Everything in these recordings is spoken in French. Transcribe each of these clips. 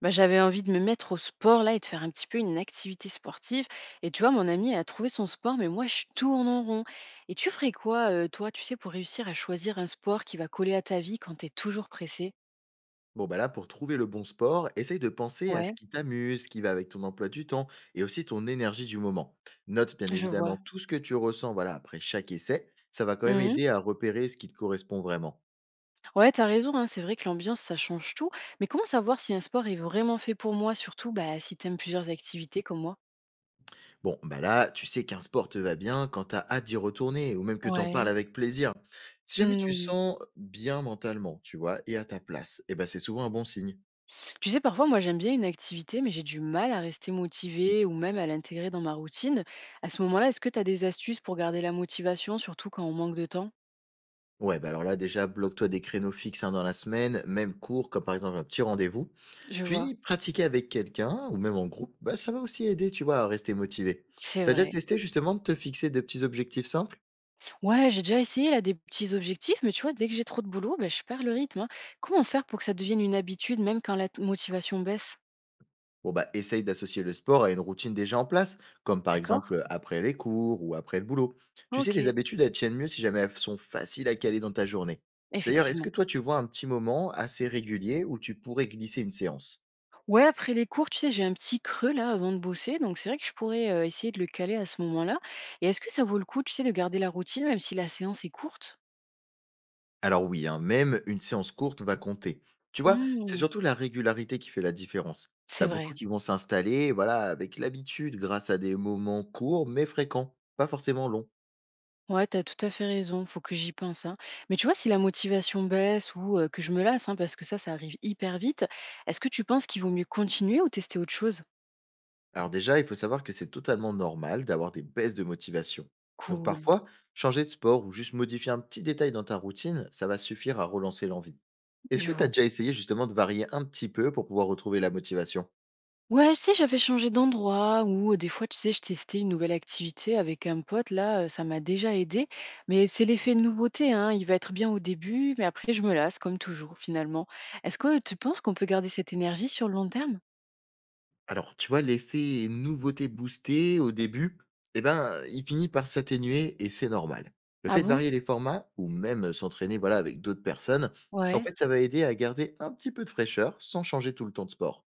Bah, j'avais envie de me mettre au sport là et de faire un petit peu une activité sportive. Et tu vois, mon amie a trouvé son sport, mais moi je tourne en rond. Et tu ferais quoi, toi, tu sais, pour réussir à choisir un sport qui va coller à ta vie quand t'es toujours pressée. Bon, bah là, pour trouver le bon sport, essaye de penser à Mhm. Ce Ouais, qui t'amuse, ce qui va avec ton emploi du temps et aussi ton énergie du moment. Note bien je évidemment vois. tout ce que tu ressens voilà, après chaque essai. Ça va quand même Mhm. aider à repérer ce qui te correspond vraiment. Ouais, t'as raison, hein, c'est vrai que l'ambiance, ça change tout. Mais comment savoir si un sport est vraiment fait pour moi, surtout bah, si t'aimes plusieurs activités comme moi. Bon, bah là, tu sais qu'un sport te va bien quand t'as hâte d'y retourner ou même que t'en parles Ouais, avec plaisir. Si jamais mm, tu oui. sens bien mentalement, tu vois, et à ta place, eh ben c'est souvent un bon signe. Tu sais, parfois, moi, j'aime bien une activité, mais j'ai du mal à rester motivée ou même à l'intégrer dans ma routine. À ce moment-là, est-ce que tu as des astuces pour garder la motivation, surtout quand on manque de temps? Ouais, bah alors là, déjà, bloque-toi des créneaux fixes hein, dans la semaine, même court, comme par exemple un petit rendez-vous. Je vois. Puis, pratiquer avec quelqu'un ou même en groupe, bah, ça va aussi aider, tu vois, à rester motivé. C'est T'as déjà vrai. testé justement de te fixer des petits objectifs simples? Ouais, j'ai déjà essayé là des petits objectifs, mais tu vois, dès que j'ai trop de boulot, ben, je perds le rythme, hein. Comment faire pour que ça devienne une habitude, même quand motivation baisse? Bon, bah, essaye d'associer le sport à une routine déjà en place, comme par D'accord. exemple après les cours ou après le boulot. Tu sais, Ok. les habitudes, elles tiennent mieux si jamais elles sont faciles à caler dans ta journée. D'ailleurs, est-ce que Effectivement. toi, tu vois un petit moment assez régulier où tu pourrais glisser une séance? Ouais, après les cours, tu sais, j'ai un petit creux là avant de bosser, donc c'est vrai que je pourrais essayer de le caler à ce moment-là. Et est-ce que ça vaut le coup, tu sais, de garder la routine, même si la séance est courte? Alors oui, hein, même une séance courte va compter. Tu vois, c'est Mmh, surtout la régularité qui fait la différence. c'est T'as beaucoup vrai. qui vont s'installer, voilà, avec l'habitude, grâce à des moments courts mais fréquents, pas forcément longs. Ouais, t'as tout à fait raison, faut que j'y pense, hein. Mais tu vois, si la motivation baisse ou que je me lasse, hein, parce que ça arrive hyper vite, est-ce que tu penses qu'il vaut mieux continuer ou tester autre chose? Alors déjà, il faut savoir que c'est totalement normal d'avoir des baisses de motivation. Donc Cool, parfois, changer de sport ou juste modifier un petit détail dans ta routine, ça va suffire à relancer l'envie. Est-ce je que t'as vois. déjà essayé justement de varier un petit peu pour pouvoir retrouver la motivation? Ouais, tu sais, j'avais changé d'endroit ou, des fois, tu sais, je testais une nouvelle activité avec un pote, là, ça m'a déjà aidé. Mais c'est l'effet de nouveauté, hein, il va être bien au début, mais après je me lasse comme toujours, finalement. Est-ce que tu penses qu'on peut garder cette énergie sur le long terme? Alors, tu vois, l'effet nouveauté boostée au début, eh ben, il finit par s'atténuer et c'est normal. Le Ah fait de bon? varier les formats ou même s'entraîner voilà, avec d'autres personnes, en Ouais. fait, ça va aider à garder un petit peu de fraîcheur sans changer tout le temps de sport.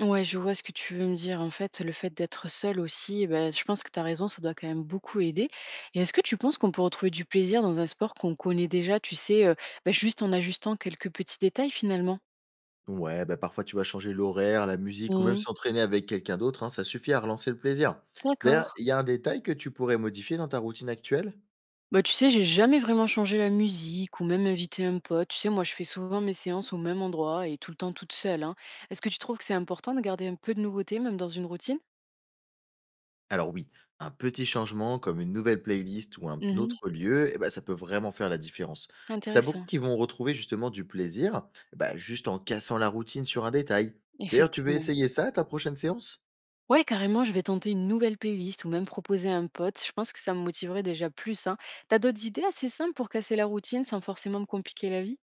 Ouais, je vois ce que tu veux me dire. En fait, le fait d'être seule aussi, bah, je pense que tu as raison, ça doit quand même beaucoup aider. Et est-ce que tu penses qu'on peut retrouver du plaisir dans un sport qu'on connaît déjà, tu sais, bah, juste en ajustant quelques petits détails finalement? Ouais, bah parfois tu vas changer l'horaire, la musique ou même Mhm. s'entraîner avec quelqu'un d'autre, hein, ça suffit à relancer le plaisir. D'ailleurs, D'accord. il y a un détail que tu pourrais modifier dans ta routine actuelle? Bah, tu sais, j'ai jamais vraiment changé la musique ou même invité un pote. Tu sais, moi, je fais souvent mes séances au même endroit et tout le temps toute seule, hein. Est-ce que tu trouves que c'est important de garder un peu de nouveauté, même dans une routine? Alors oui, un petit changement comme une nouvelle playlist ou un Mhm. autre lieu, eh ben, ça peut vraiment faire la différence. T'as beaucoup Intéressant, qui vont retrouver justement du plaisir, bah, juste en cassant la routine sur un détail. D'ailleurs, tu veux effectivement. essayer ça à ta prochaine séance? Ouais, carrément, je vais tenter une nouvelle playlist ou même proposer à un pote. Je pense que ça me motiverait déjà plus, hein. T'as d'autres idées assez simples pour casser la routine sans forcément me compliquer la vie?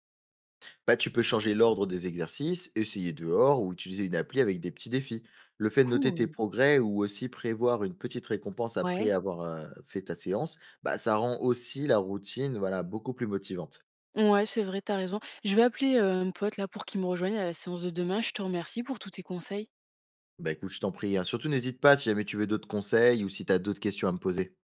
Bah, tu peux changer l'ordre des exercices, essayer dehors ou utiliser une appli avec des petits défis. Le fait de noter tes Cool. progrès ou aussi prévoir une petite récompense après Ouais. avoir fait ta séance, bah, ça rend aussi la routine voilà, beaucoup plus motivante. Ouais, c'est vrai, t'as raison. Je vais appeler un pote là pour qu'il me rejoigne à la séance de demain. Je te remercie pour tous tes conseils. Bah écoute, je t'en prie, hein. Surtout n'hésite pas si jamais tu veux d'autres conseils ou si tu as d'autres questions à me poser.